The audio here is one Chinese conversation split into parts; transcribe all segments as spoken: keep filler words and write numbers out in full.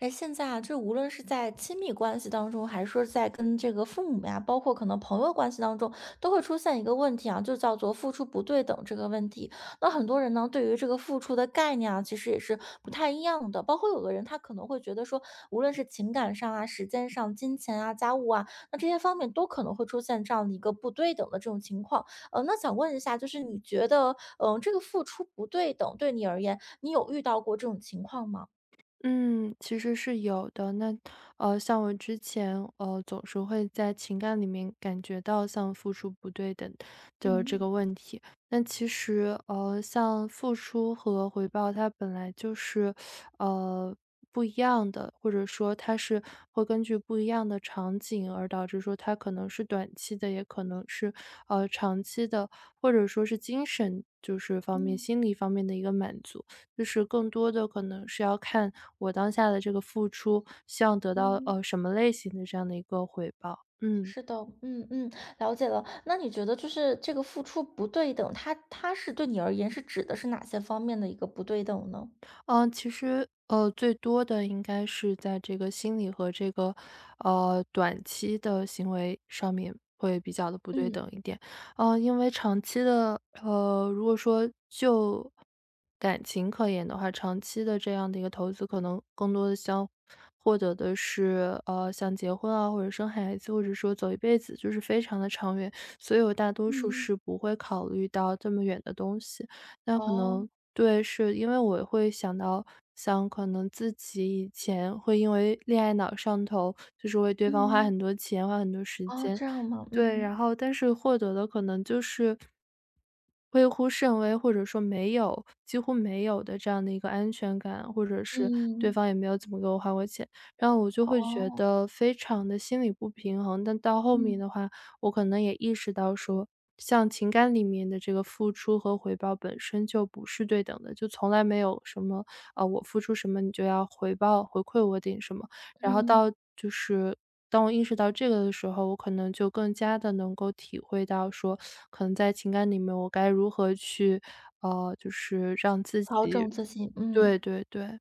哎，现在啊，这无论是在亲密关系当中，还是说在跟这个父母呀，包括可能朋友关系当中，都会出现一个问题啊，就叫做付出不对等这个问题。那很多人呢，对于这个付出的概念啊，其实也是不太一样的。包括有的人他可能会觉得说，无论是情感上啊、时间上、金钱啊、家务啊，那这些方面都可能会出现这样的一个不对等的这种情况。呃，那想问一下，就是你觉得，嗯、这个付出不对等对你而言，你有遇到过这种情况吗？嗯，其实是有的。那呃，像我之前呃，总是会在情感里面感觉到像付出不对等的这个嗯问题。那其实呃，像付出和回报，它本来就是呃不一样的，或者说它是会根据不一样的场景而导致说它可能是短期的，也可能是呃长期的，或者说是精神就是方面、嗯心理方面的一个满足。就是更多的可能是要看我当下的这个付出，希望得到，嗯，呃，什么类型的这样的一个回报。嗯。是的，嗯嗯，了解了。那你觉得就是这个付出不对等，它它是对你而言是指的是哪些方面的一个不对等呢？嗯，其实，呃，最多的应该是在这个心理和这个，呃，短期的行为上面会比较的不对等嗯一点。呃，因为长期的呃，如果说就感情可言的话，长期的这样的一个投资，可能更多的想获得的是，呃，像结婚啊，或者生孩子，或者说走一辈子，就是非常的长远，所以我大多数嗯，是不会考虑到这么远的东西。那可哦，能对，是因为我会想到，想可能自己以前会因为恋爱脑上头，就是为对方花嗯很多钱、花很多时哦，间，这样吗？对，嗯然后但是获得的可能就是微乎甚微，或者说没有，几乎没有的这样的一个安全感，或者是对嗯，方也没有怎么给我花过钱，然后我就会觉哦，得非常的心理不平衡。但到后面嗯的话，我可能也意识到说，像情感里面的这个付出和回报本身就不是对等的，就从来没有什么，啊，我付出什么你就要回报回馈我点什么。然后到嗯，就是当我意识到这个的时候，我可能就更加的能够体会到说，可能在情感里面我该如何去，呃，就是让自调整己自己，嗯。对对对。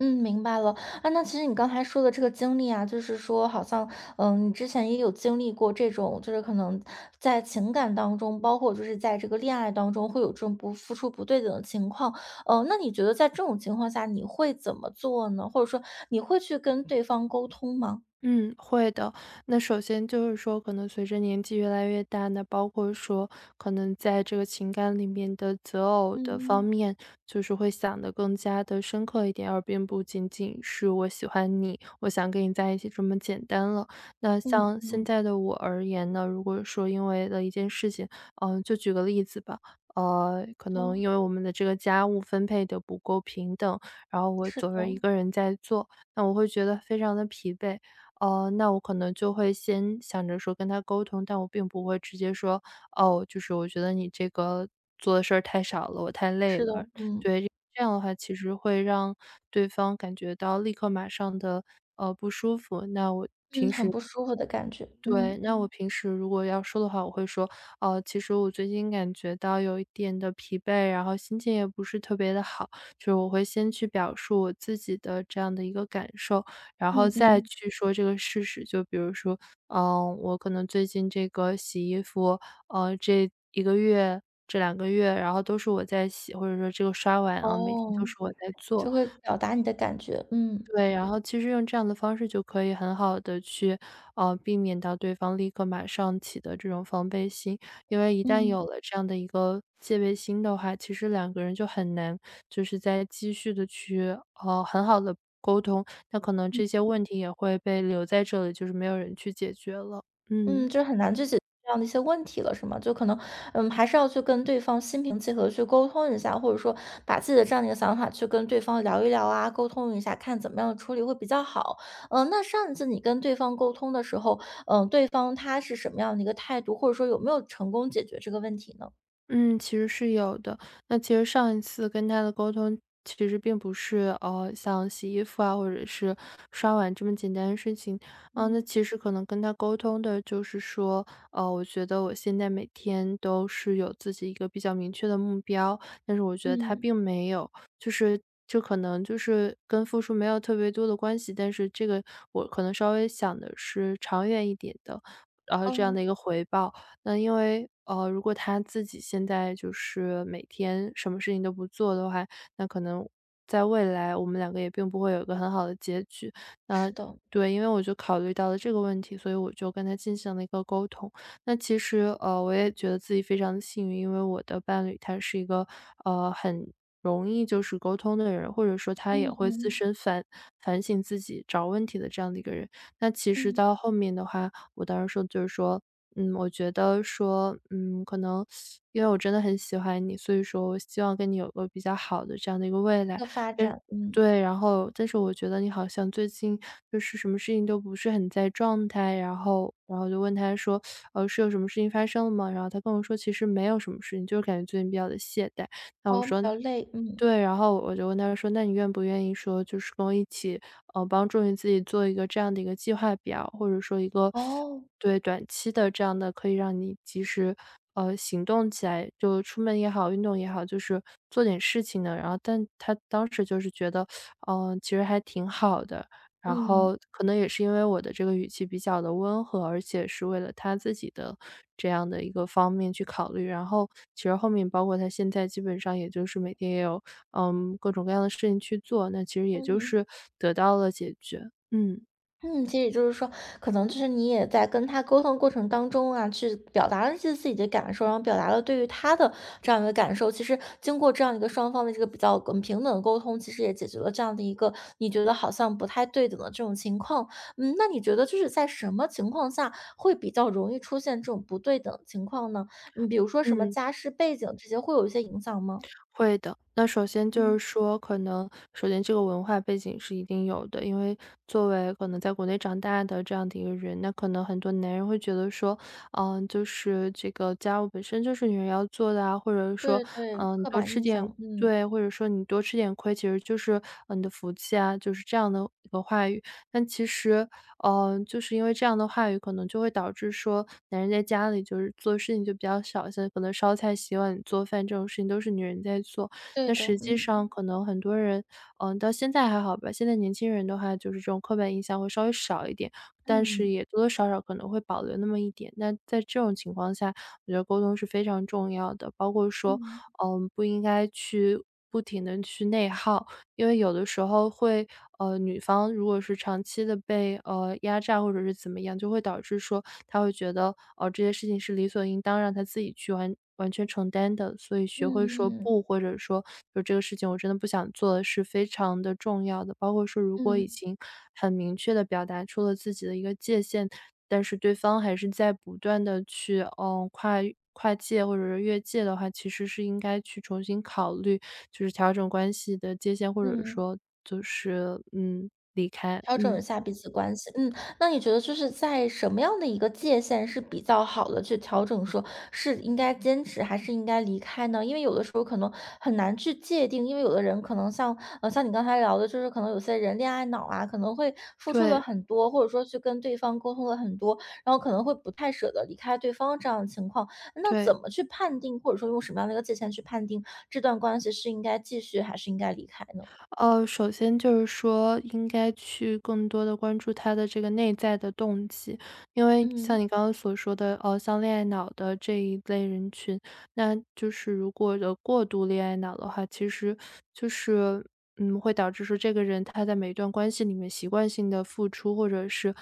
嗯，明白了。啊，那其实你刚才说的这个经历啊，就是说好像，嗯，你之前也有经历过这种，就是可能在情感当中，包括就是在这个恋爱当中，会有这种不付出不对等的情况。呃，那你觉得在这种情况下，你会怎么做呢？或者说你会去跟对方沟通吗？嗯，会的。那首先就是说，可能随着年纪越来越大，那包括说，可能在这个情感里面的择偶的方嗯面，就是会想得更加的深刻一点，而并不仅仅是我喜欢你，我想跟你在一起这么简单了。那嗯像现嗯，在的我而言呢，如果说因为了一件事情，嗯，就举个例子吧，呃，可能哦，因为我们的这个家务分配的不够平等，然后我是的，总是一个人在做，那我会觉得非常的疲惫。哦，那我可能就会先想着说跟他沟通，但我并不会直接说，哦，就是我觉得你这个做的事儿太少了，我太累是的，了。嗯这样的话其实会让对方感觉到立刻马上的呃不舒服，那我嗯，很不舒服的感觉。对，嗯那我嗯平时如果要说的话，我会说，呃，其实我最近感觉到有一点的疲惫，然后心情也不是特别的好，就是我会先去表述我自己的这样的一个感受，然后嗯再嗯，去说这个事实。就比如说，嗯，我可能最近这个洗衣服，呃，这一个月、这两个月，然后都是我在洗，或者说这个刷碗啊，每天哦，都是我在就做。会表达你的感觉。嗯对，然后其实用这样的方式就可以很好的去，呃，避免到对方立刻马上起的这种防备心。因为一旦嗯。有了这样的一个戒备心的话，其实两个人就很难就是再继续的去，呃，很好的沟通，那可能这些问题也会被留在这里，就是没有人去解决了。嗯，嗯。就是很难去解决这样的一些问题了，是吗？就可能，嗯，还是要去跟对方心平气和地去沟通一下，或者说把自己的这样的一个想法去跟对方聊一聊啊，沟通一下，看怎么样处理会比较好。嗯，那上一次你跟对方沟通的时候，嗯，对方他是什么样的一个态度，或者说有没有成功解决这个问题呢？嗯，其实是有的。那其实上一次跟他的沟通，其实并不是呃像洗衣服啊，或者是刷碗这么简单的事情。嗯、那嗯。其实可能跟他沟通的就是说，呃，我觉得我现在每天都是有自己一个比较明确的目标，但是我觉得他嗯，并没有，就是这可能就是跟付出没有特别多的关系，但是这个我可能稍微想的是长远一点的，然后这样哦，的一个回报。那因为，呃，如果他自己现在就是每天什么事情都不做的话，那可能在未来我们两个也并不会有一个很好的结局。是那的，对，因为我就考虑到了这个问题，所以我就跟他进行了一个沟通。那其实，呃，我也觉得自己非常的幸运，因为我的伴侣他是一个，呃，很容易就是沟通的人，或者说他也嗯会自嗯身反反省自己、找问题的这样的一个人。那其实嗯，到后面的话，我当时说就是说，嗯，我觉得说，嗯，可能因为我真的很喜欢你，所以说我希望跟你有个比较好的这样的一个未来。要发但展，嗯，对，然后但是我觉得你好像最近就是什么事情都不是很在状态，然后然后我就问他说，呃，是有什么事情发生了吗？然后他跟我说其实没有什么事情，就是感觉最近比较的懈怠。哦，比较累，嗯，对，然后我就问他说："那你愿不愿意说，就是跟我一起，呃，帮助你自己做一个这样的一个计划表，或者说一个哦，对，短期的这样的可以让你及时，呃，行动起来，就出门也好，运动也好，就是做点事情的。"然后但他当时就是觉得，嗯，其实还挺好的，然嗯后可能也是因为我的这个语气比较的温和，而且是为了他自己的这样的一个方面去考虑。然后其实后面包括他现在基本上也就是每天也有嗯，各种各样的事情去做，那其实也就嗯。是得到了解决。嗯，嗯，其实也就是说，可能就是你也在跟他沟通过程当中啊，去表达了一些自己的感受，然后表达了对于他的这样一个感受。其实经过这样一个双方的这个比较嗯平等的沟通，其实也解决了这样的一个你觉得好像不太对等的这种情况。嗯，那你觉得就是在什么情况下会比较容易出现这种不对等情况呢？嗯，比如说什么嗯，家世背景这些会有一些影响吗？会的。那首先就嗯，是说，可能首先这个文化背景是一定有的，因为作为可能在国内长大的这样的一个人，那可能很多男人会觉得说，嗯，就是这个家务本身就是女人要做的啊，或者说，对对，嗯，刻多板吃印点象，嗯，对，或者说你多吃点亏，其实就是，呃，你的福气啊，就是这样的一个话语。但其实嗯，就是因为这样的话语可能就会导致说，男人在家里就是做事情就比较少小心，可能烧菜、洗碗、做饭这种事情都是女人在做。对那的，实际嗯上嗯可能很多人，嗯、到现在还好吧，现在年轻人的话就是这种刻板印象会稍微少一点，但是嗯也多多少少可能会保留那么一点。那在这种情况下，我觉得沟通是非常重要的，包括说，嗯嗯。嗯、不应该去。不停的去内耗，因为有的时候会呃，女方如果是长期的被，呃，压榨或者是怎么样，就会导致说她会觉得，哦，这些事情是理所应当让她自己去完完全承担的。所以学会说嗯不，或者说就这个事情我真的不想做是非常的重要的。包括说如果已嗯经很明确的表达出了自己的一个界限，但是对方还是在不断的去，嗯跨跨界或者是越界的话，其实是应该去重新考虑，就是调整关系的界限，或者嗯，说就是，嗯，离开，调整一嗯，下彼此关系。嗯，那你觉得就是在什么样的一个界限是比较好的去调整说，是应该坚持还是应该离开呢？因为有的时候可能很难去界定，因为有的人可能像呃像你刚才聊的，就是可能有些人恋爱脑啊，可能会付出了对，很多，或者说去跟对方沟通了很多，然后可能会不太舍得离开对方这样的情况。那怎对。么去判定，或者说用什么样的一个界限去判定这段关系是应该继续还是应该离开呢？呃，首先就是说应该去更多的关注他的这个内在的动机。因为像嗯，你刚刚所说的，呃，像恋爱脑的这一类人群，那就是如果有过度恋爱脑的话，其实就是，嗯，会导致说这个人他在每一段关系里面习惯性的付出，或者是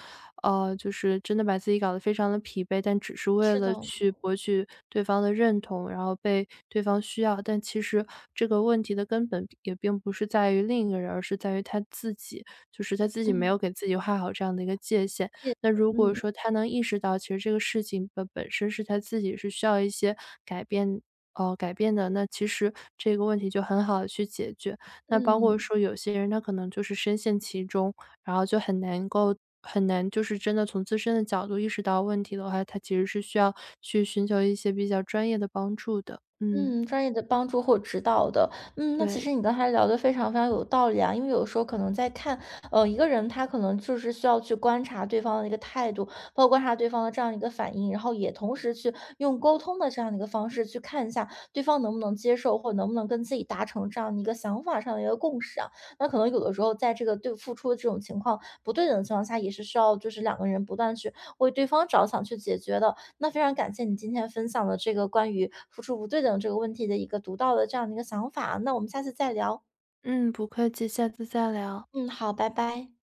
呃，就是真的把自己搞得非常的疲惫，但只是为是的。了去博取对方的认同，然后被对方需要。但其实这个问题的根本也并不是在于另一个人，而是在于他自己，就是他自己没嗯，有给自己画好这样的一个界限。谢谢那如果嗯说他能意识到，其实这个事情的本身是他自己是需要一些改变呃，改变的，那其实这个问题就很好的去解决。那包括嗯说有些人他可能就是深陷其中，然后就很难够很难就是真的从自身的角度意识到问题的话，他其实是需要去寻求一些比较专业的帮助的。嗯，嗯，专业的帮助或指导的，嗯，那其对，实你刚才聊的非常非常有道理啊，因为有时候可能在看，呃，一个人他可能就是需要去观察对方的一个态度，包括观察对方的这样一个反应，然后也同时去用沟通的这样的一个方式去看一下对方能不能接受，或者能不能跟自己达成这样的一个想法上的一个共识啊。那可能有的时候在这个对付出的这种情况不对等的情况下，也是需要就是两个人不断去为对方着想去解决的。那非常感谢你今天分享的这个关于付出不对等这个问题的一个独到的这样的一个想法，那我们下次再聊。嗯，不客气，下次再聊。嗯，好，拜拜。